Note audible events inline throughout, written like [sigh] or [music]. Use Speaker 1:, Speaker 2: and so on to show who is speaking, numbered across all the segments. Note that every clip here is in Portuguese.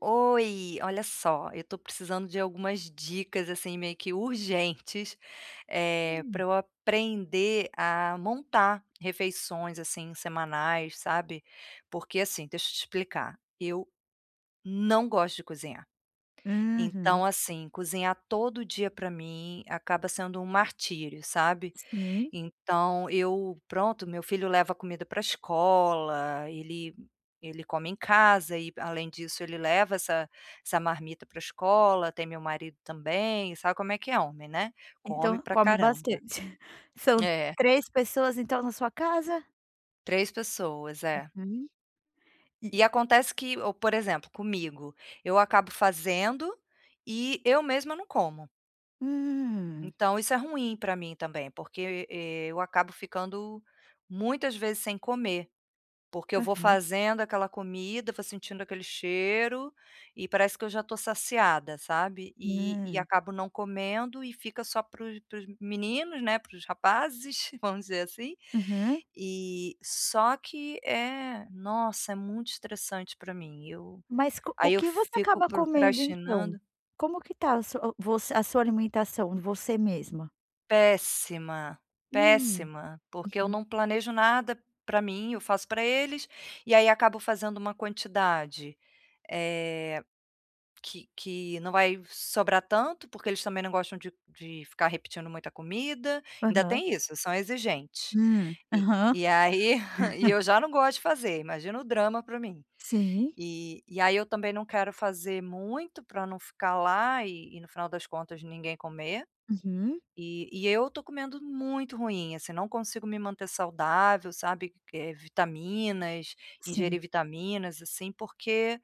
Speaker 1: Oi, olha só, eu tô precisando de algumas dicas, assim, meio que urgentes, para
Speaker 2: Hum.
Speaker 1: eu aprender a montar refeições, assim, semanais, sabe. Porque, assim, deixa eu te explicar, eu não gosto de cozinhar.
Speaker 2: Aham.
Speaker 1: Então, assim, cozinhar todo dia para mim acaba sendo um martírio, sabe.
Speaker 2: Sim.
Speaker 1: Então eu pronto, meu filho leva comida para a escola, ele come em casa e além disso ele leva essa marmita para a escola, tem meu marido também, sabe como é que é homem, né, come
Speaker 2: Então
Speaker 1: pra
Speaker 2: come
Speaker 1: caramba.
Speaker 2: bastante. [laughs] São
Speaker 1: É,
Speaker 2: 3 pessoas, então, na sua casa?
Speaker 1: 3 pessoas, é.
Speaker 2: Uhum.
Speaker 1: E
Speaker 2: E
Speaker 1: acontece que ou, por exemplo, comigo, eu acabo fazendo e eu mesma não como.
Speaker 2: hum.
Speaker 1: Então isso é ruim para mim também, porque eu acabo ficando muitas vezes sem comer, porque eu vou
Speaker 2: Aham.
Speaker 1: fazendo aquela comida, vou sentindo aquele cheiro e parece que eu já estou saciada, sabe, e
Speaker 2: Hã.
Speaker 1: acabo não comendo e fica só para os meninos, né, para os rapazes, [laughs] vamos dizer assim.
Speaker 2: Aham.
Speaker 1: E só que é nossa, é muito estressante para mim, eu
Speaker 2: Mas co o
Speaker 1: aí eu
Speaker 2: que você
Speaker 1: fico
Speaker 2: acaba comendo, então?
Speaker 1: procrastinando.
Speaker 2: Como que tá a sua alimentação, você mesma?
Speaker 1: Péssima,
Speaker 2: Hum.
Speaker 1: péssima, porque eu
Speaker 2: Uhum.
Speaker 1: não planejo nada para mim, eu faço para eles, e aí acabo fazendo uma quantidade, eh, que não vai sobrar tanto, porque eles também não gostam de ficar repetindo muita comida, ainda
Speaker 2: Aham.
Speaker 1: tem isso, são exigentes.
Speaker 2: Hum.
Speaker 1: E
Speaker 2: Aham.
Speaker 1: e aí [laughs] e eu já não gosto de fazer, imagina o drama para mim.
Speaker 2: Sim.
Speaker 1: E aí eu também não quero fazer muito para não ficar lá e no final das contas ninguém comer.
Speaker 2: Uhum.
Speaker 1: E eu tô comendo muito ruim, assim, não consigo me manter saudável, sabe, vitaminas, ingerir
Speaker 2: Sim.
Speaker 1: vitaminas, assim, porque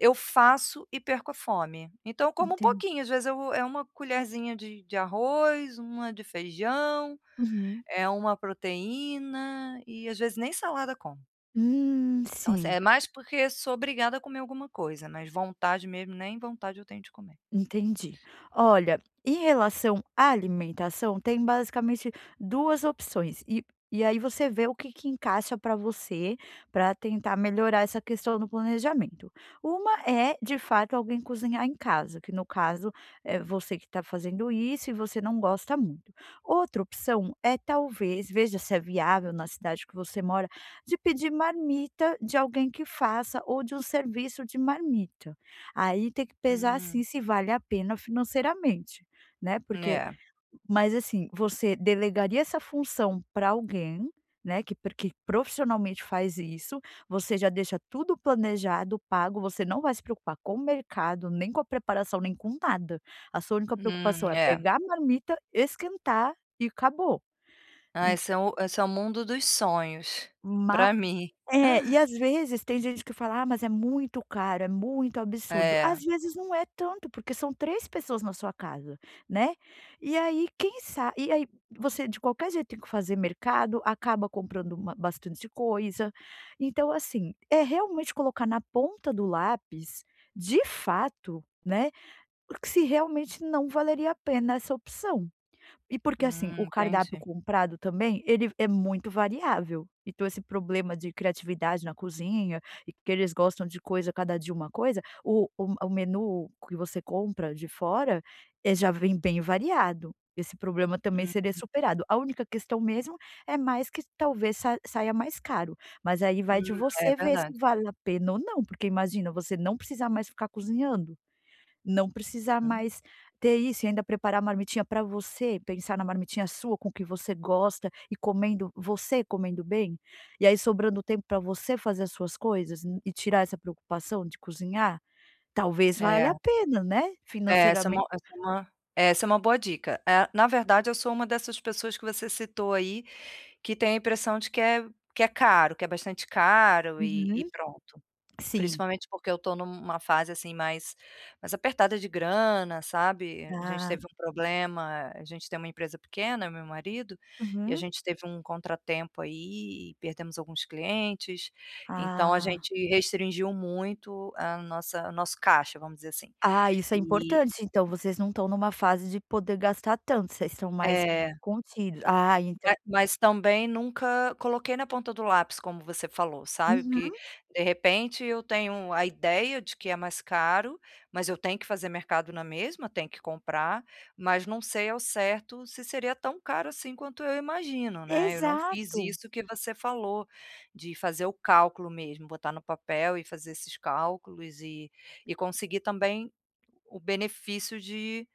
Speaker 1: eu faço e perco a fome. Então eu como um
Speaker 2: Entendi.
Speaker 1: pouquinho, às vezes eu é uma colherzinha de arroz, uma de feijão,
Speaker 2: Uhum.
Speaker 1: é uma proteína e às vezes nem salada como. Então, assim,
Speaker 2: Sim.
Speaker 1: é mais porque sou obrigada a comer alguma coisa, mas vontade mesmo, nem vontade eu tenho de comer.
Speaker 2: Entendi. Olha, em relação à alimentação, tem basicamente 2 opções e aí você vê o que que encaixa para você, para tentar melhorar essa questão do planejamento. Uma é, de fato, alguém cozinhar em casa, que no caso é você que está fazendo isso e você não gosta muito. Outra opção é talvez, veja se é viável na cidade que você mora, de pedir marmita de alguém que faça ou de um serviço de marmita. Aí tem que pesar,
Speaker 1: Hum,
Speaker 2: assim, se vale a pena financeiramente, né, porque
Speaker 1: é.
Speaker 2: mas assim, você delegaria essa função para alguém, né, que profissionalmente faz isso, você já deixa tudo planejado, pago, você não vai se preocupar com o mercado, nem com a preparação, nem com nada. A sua única preocupação é
Speaker 1: É.
Speaker 2: pegar a marmita, esquentar e acabou.
Speaker 1: Ah,
Speaker 2: E
Speaker 1: esse é o mundo dos sonhos, pra mim.
Speaker 2: É, e
Speaker 1: [laughs]
Speaker 2: às vezes tem gente que fala: "Ah, mas é muito caro, é muito absurdo".
Speaker 1: É,
Speaker 2: Às vezes não é tanto, porque são 3 pessoas na sua casa, né. E aí quem sabe? E aí você de qualquer jeito tem que fazer mercado, acaba comprando uma bastante coisa. Então assim, é realmente colocar na ponta do lápis, de fato, né, porque se realmente não valeria a pena essa opção. E porque assim, o cardápio
Speaker 1: entendi.
Speaker 2: comprado também, ele é muito variável. Então esse problema de criatividade na cozinha, e que eles gostam de coisa, cada dia uma coisa, o menu que você compra de fora, já vem bem variado. Esse problema também
Speaker 1: Hum,
Speaker 2: seria superado. A única questão mesmo é mais que talvez sa saia mais caro, mas aí
Speaker 1: hum,
Speaker 2: vai de
Speaker 1: é
Speaker 2: você ver se
Speaker 1: verdade.
Speaker 2: vale a pena ou não, porque imagina, você não precisar mais ficar cozinhando. Não precisar
Speaker 1: Hum,
Speaker 2: mais ter isso e ainda preparar a marmitinha para você, pensar na marmitinha sua, com o que você gosta e comendo você comendo bem, e aí sobrando tempo para você fazer as suas coisas e tirar essa preocupação de cozinhar, talvez
Speaker 1: é,
Speaker 2: valha a pena, né,
Speaker 1: é essa é
Speaker 2: financeiramente.
Speaker 1: uma essa é uma é, essa é uma boa dica. Na verdade eu sou uma dessas pessoas que você citou aí, que tem a impressão de que é caro, que é bastante caro e
Speaker 2: Uhum.
Speaker 1: pronto.
Speaker 2: Sim.
Speaker 1: Principalmente porque eu tô numa fase, assim, mais apertada de grana, sabe. A gente
Speaker 2: Ah,
Speaker 1: teve um problema a gente tem uma empresa pequena, meu marido, e a
Speaker 2: uhum.
Speaker 1: gente teve um contratempo aí e perdemos alguns clientes, então a
Speaker 2: Ah.
Speaker 1: gente restringiu muito a nossa o nosso caixa, vamos dizer assim.
Speaker 2: Ah, isso é
Speaker 1: E
Speaker 2: importante, então vocês não estão numa fase de poder gastar tanto, vocês estão mais
Speaker 1: é.
Speaker 2: contidos. Ah, então
Speaker 1: Ma mas também nunca coloquei na ponta do lápis, como você falou, sabe, porque
Speaker 2: uhum,
Speaker 1: de repente eu tenho a ideia de que é mais caro, mas eu tenho que fazer mercado na mesma, tenho que comprar, mas não sei ao certo se seria tão caro assim quanto eu imagino, né. Eu não fiz
Speaker 2: exato.
Speaker 1: isso que você falou, de fazer o cálculo mesmo, botar no papel e fazer esses cálculos e conseguir também o benefício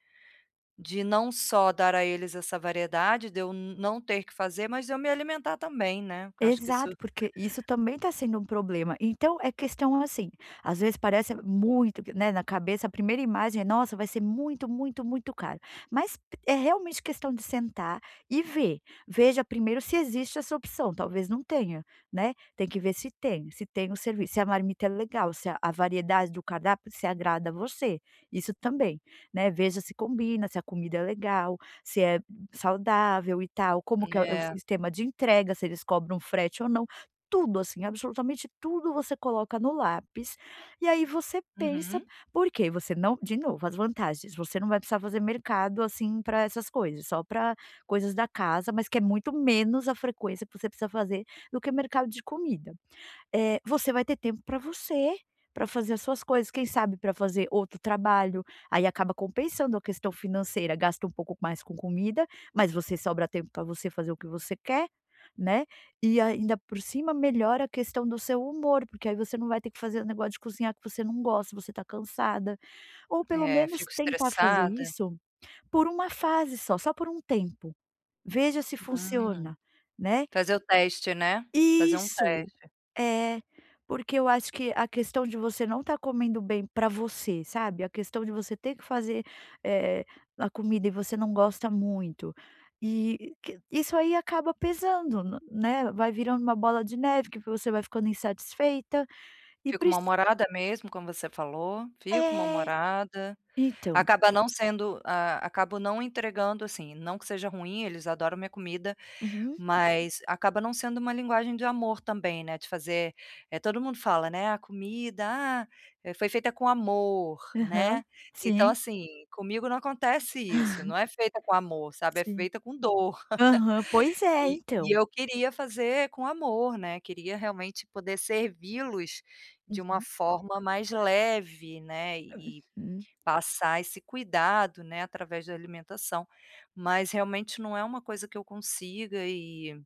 Speaker 1: de não só dar a eles essa variedade, de eu não ter que fazer, mas de eu me alimentar também, né, porque eu acho que isso
Speaker 2: Exato, porque isso também está sendo um problema. Então é questão assim, às vezes parece muito, né, na cabeça a primeira imagem é: "Nossa, vai ser muito, muito, muito caro", mas é realmente questão de sentar e ver. Veja primeiro se existe essa opção, talvez não tenha, né, tem que ver se tem, se tem o serviço, se a marmita é legal, se a variedade do cardápio se agrada a você, isso também, né. Veja se combina, se a comida é legal, se é saudável e tal, como que é o
Speaker 1: é.
Speaker 2: sistema de entrega, se eles cobram frete ou não, tudo assim, absolutamente tudo você coloca no lápis, e aí você pensa,
Speaker 1: Uhum.
Speaker 2: porque você não de novo, as vantagens, você não vai precisar fazer mercado, assim, para essas coisas, só para coisas da casa, mas que é muito menos a frequência que você precisa fazer do que mercado de comida. Você vai ter tempo para você, para fazer as suas coisas, quem sabe para fazer outro trabalho, aí acaba compensando a questão financeira, gasta um pouco mais com comida, mas você sobra tempo para você fazer o que você quer, né, e ainda por cima melhora a questão do seu humor, porque aí você não vai ter que fazer o negócio de cozinhar que você não gosta, você tá cansada, ou pelo
Speaker 1: É,
Speaker 2: menos
Speaker 1: fico
Speaker 2: tentar fazer
Speaker 1: estressada.
Speaker 2: isso por uma fase só, só por um tempo, veja se
Speaker 1: Hum.
Speaker 2: funciona, né.
Speaker 1: Fazer o teste, né, fazer um
Speaker 2: Isso.
Speaker 1: teste.
Speaker 2: É, porque eu acho que a questão de você não estar comendo bem para você, sabe, a questão de você ter que fazer, eh, a comida e você não gosta muito, e que isso aí acaba pesando, n né, vai virando uma bola de neve que você vai ficando insatisfeita e
Speaker 1: Fico
Speaker 2: precisa.
Speaker 1: mal-humorada mesmo, como você falou, fico
Speaker 2: É,
Speaker 1: mal-humorada.
Speaker 2: então.
Speaker 1: Acaba não sendo a acabo não entregando, assim, não que seja ruim, eles adoram minha comida.
Speaker 2: Uhum.
Speaker 1: Mas acaba não sendo uma linguagem de amor também, né, de fazer todo mundo fala, né: "A comida, ah, foi feita com amor",
Speaker 2: Aham.
Speaker 1: né. Então,
Speaker 2: Sim.
Speaker 1: assim, comigo não acontece isso,
Speaker 2: [laughs]
Speaker 1: não é feita com amor, sabe, é
Speaker 2: Sim.
Speaker 1: feita com dor.
Speaker 2: Aham, pois é,
Speaker 1: E
Speaker 2: então.
Speaker 1: eu queria fazer com amor, né, queria realmente poder servi-los de uma
Speaker 2: Uhum.
Speaker 1: forma mais leve, né, e
Speaker 2: Hum.
Speaker 1: passar esse cuidado, né, através da alimentação. Mas realmente não é uma coisa que eu consiga e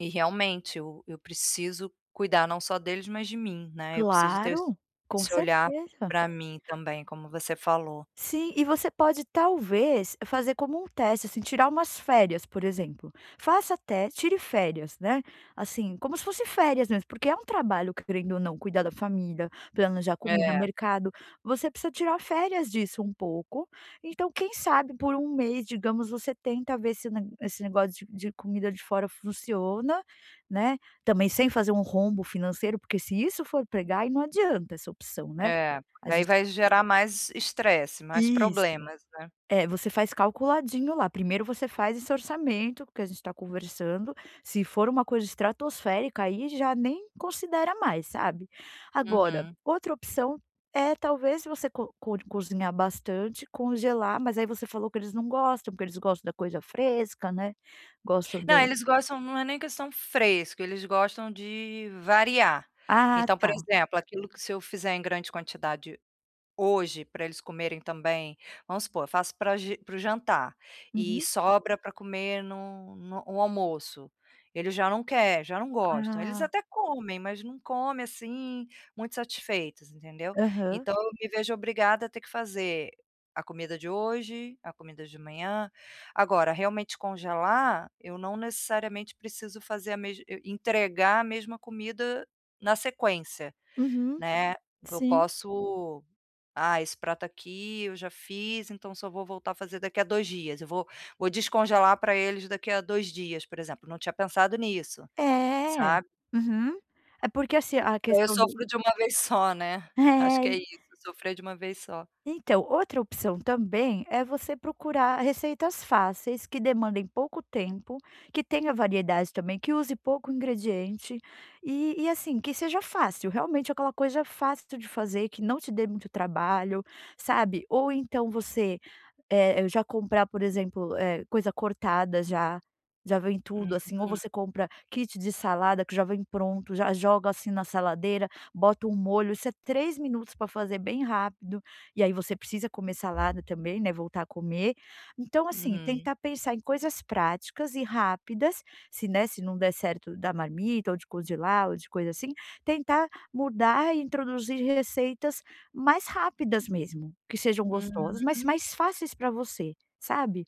Speaker 1: e realmente eu preciso cuidar não só deles, mas de mim, né, eu preciso ter
Speaker 2: Claro,
Speaker 1: esse
Speaker 2: com
Speaker 1: esse olhar
Speaker 2: certeza.
Speaker 1: para mim também, como você falou.
Speaker 2: Sim, e você pode talvez fazer como um teste, assim, tirar umas férias, por exemplo. Faça até, tire férias, né? Assim, como se fosse férias mesmo, porque é um trabalho, querendo ou não, cuidar da família, planejar comida,
Speaker 1: É,
Speaker 2: mercado. Você precisa tirar férias disso um pouco. Então, quem sabe por um mês, digamos, você tenta ver se esse negócio de, comida de fora funciona, né? Também sem fazer um rombo financeiro, porque se isso for pregar, aí não adianta essa opção, né?
Speaker 1: é,
Speaker 2: A
Speaker 1: porque aí
Speaker 2: gente.
Speaker 1: vai gerar mais estresse, mais
Speaker 2: Isso.
Speaker 1: problemas, né.
Speaker 2: É, você faz calculadinho lá. Primeiro você faz esse orçamento que a gente está conversando. Se for uma coisa estratosférica, aí já nem considera mais, sabe. Agora,
Speaker 1: Uhum.
Speaker 2: outra opção é talvez você co co cozinhar bastante, congelar, mas aí você falou que eles não gostam, porque eles gostam da coisa fresca, né, gostam da.
Speaker 1: Não, eles gostam não é nem questão fresco, eles gostam de variar.
Speaker 2: Ah,
Speaker 1: Então, por
Speaker 2: tá.
Speaker 1: exemplo, aquilo que se eu fizer em grande quantidade hoje, para eles comerem também, vamos supor, eu faço para o jantar e
Speaker 2: Uhum.
Speaker 1: sobra para comer no no o almoço. Eles já não querem, já não gostam. Eles
Speaker 2: Ah,
Speaker 1: até comem, mas não comem, assim, muito satisfeitos, entendeu.
Speaker 2: aham.
Speaker 1: Então eu me vejo obrigada a ter que fazer a comida de hoje, a comida de amanhã. Agora, realmente congelar, eu não necessariamente preciso fazer a mes entregar a mesma comida na sequência.
Speaker 2: Uhum,
Speaker 1: Né, eu
Speaker 2: sim.
Speaker 1: posso: "Ah, esse prato aqui eu já fiz, então só vou voltar a fazer daqui a 2 dias, eu vou descongelar para eles daqui a 2 dias", por exemplo, não tinha pensado nisso,
Speaker 2: É.
Speaker 1: sabe.
Speaker 2: Uhum. É porque, assim, a
Speaker 1: Aí eu
Speaker 2: questão do.
Speaker 1: sofro de uma [laughs] vez só, né, acho que é isso,
Speaker 2: [laughs]
Speaker 1: sofrer de uma vez só.
Speaker 2: Então, outra opção também é você procurar receitas fáceis, que demandem pouco tempo, que tenha variedade também, que use pouco ingrediente e, assim, que seja fácil, realmente aquela coisa fácil de fazer, que não te dê muito trabalho, sabe? Ou então você já comprar, por exemplo, coisa cortada já. Já vem tudo
Speaker 1: Uhum,
Speaker 2: assim, ou você compra kit de salada que já vem pronto, já joga assim na saladeira, bota um molho, isso é 3 minutos para fazer bem rápido e aí você precisa comer salada também, né, voltar a comer. Então, assim,
Speaker 1: uhum,
Speaker 2: tentar pensar em coisas práticas e rápidas, se, né, se não der certo da marmita ou de congelar ou de coisa assim, tentar mudar e introduzir receitas mais rápidas mesmo, que sejam gostosas, mas
Speaker 1: uhum,
Speaker 2: mais fáceis para você, sabe.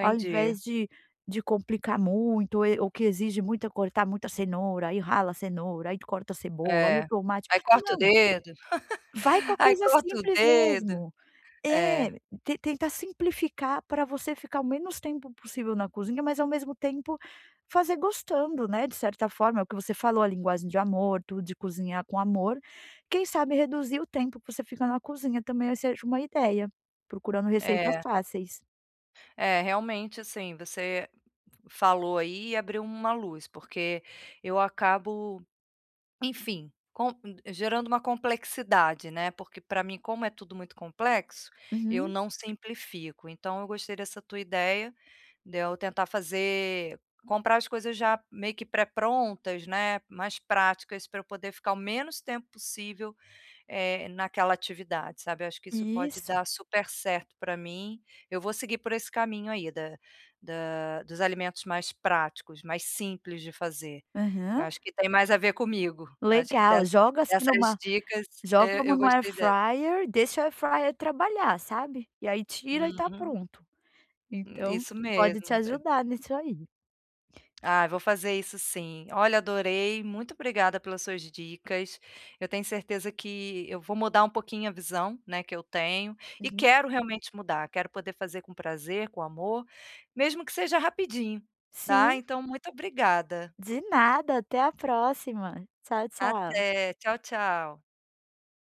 Speaker 2: Ao invés de complicar muito, ou que exige muita cortar muita cenoura, aí rala a cenoura, aí corta a cebola, aí o
Speaker 1: É.
Speaker 2: tomate.
Speaker 1: Aí corta o
Speaker 2: Não,
Speaker 1: dedo,
Speaker 2: vai com a
Speaker 1: [laughs] aí
Speaker 2: coisa
Speaker 1: corta o
Speaker 2: simples
Speaker 1: dedo.
Speaker 2: mesmo. É,
Speaker 1: É,
Speaker 2: te tentar simplificar para você ficar o menos tempo possível na cozinha, mas ao mesmo tempo fazer gostando, né, de certa forma, é o que você falou, a linguagem de amor, tudo, de cozinhar com amor. Quem sabe reduzir o tempo que você fica na cozinha também seja uma ideia, procurando receitas
Speaker 1: é,
Speaker 2: fáceis.
Speaker 1: é realmente, assim, você falou aí abriu uma luz, porque eu acabo, enfim, com gerando uma complexidade, né, porque para mim como é tudo muito complexo, eu
Speaker 2: Uhum,
Speaker 1: não simplifico. Então eu gostei dessa tua ideia, de eu tentar fazer comprar as coisas já meio que pré-prontas, né, mais práticas para eu poder ficar o menos tempo possível naquela atividade, sabe. Eu acho que isso pode
Speaker 2: isso.
Speaker 1: dar super certo para mim. Eu vou seguir por esse caminho aí da dos alimentos mais práticos, mais simples de fazer. Eu
Speaker 2: Aham.
Speaker 1: acho que tem mais a ver comigo. Eu acho que de
Speaker 2: Legal, joga assim
Speaker 1: dessas
Speaker 2: numa
Speaker 1: dicas,
Speaker 2: Joga
Speaker 1: eu
Speaker 2: no air
Speaker 1: gostei dessa.
Speaker 2: fryer, deixa o air fryer trabalhar, sabe, e aí tira e tá
Speaker 1: Uhum.
Speaker 2: pronto. Então,
Speaker 1: Isso
Speaker 2: pode te
Speaker 1: mesmo.
Speaker 2: ajudar nisso aí.
Speaker 1: Ah, vou fazer isso sim. Olha, adorei. Muito obrigada pelas suas dicas. Eu tenho certeza que eu vou mudar um pouquinho a visão, né, que eu tenho e
Speaker 2: Uhum.
Speaker 1: quero realmente mudar. Quero poder fazer com prazer, com amor, mesmo que seja rapidinho, tá?
Speaker 2: Sim,
Speaker 1: Então, muito obrigada.
Speaker 2: de nada, até a próxima. Tchau, tchau.
Speaker 1: Até. Tchau, tchau.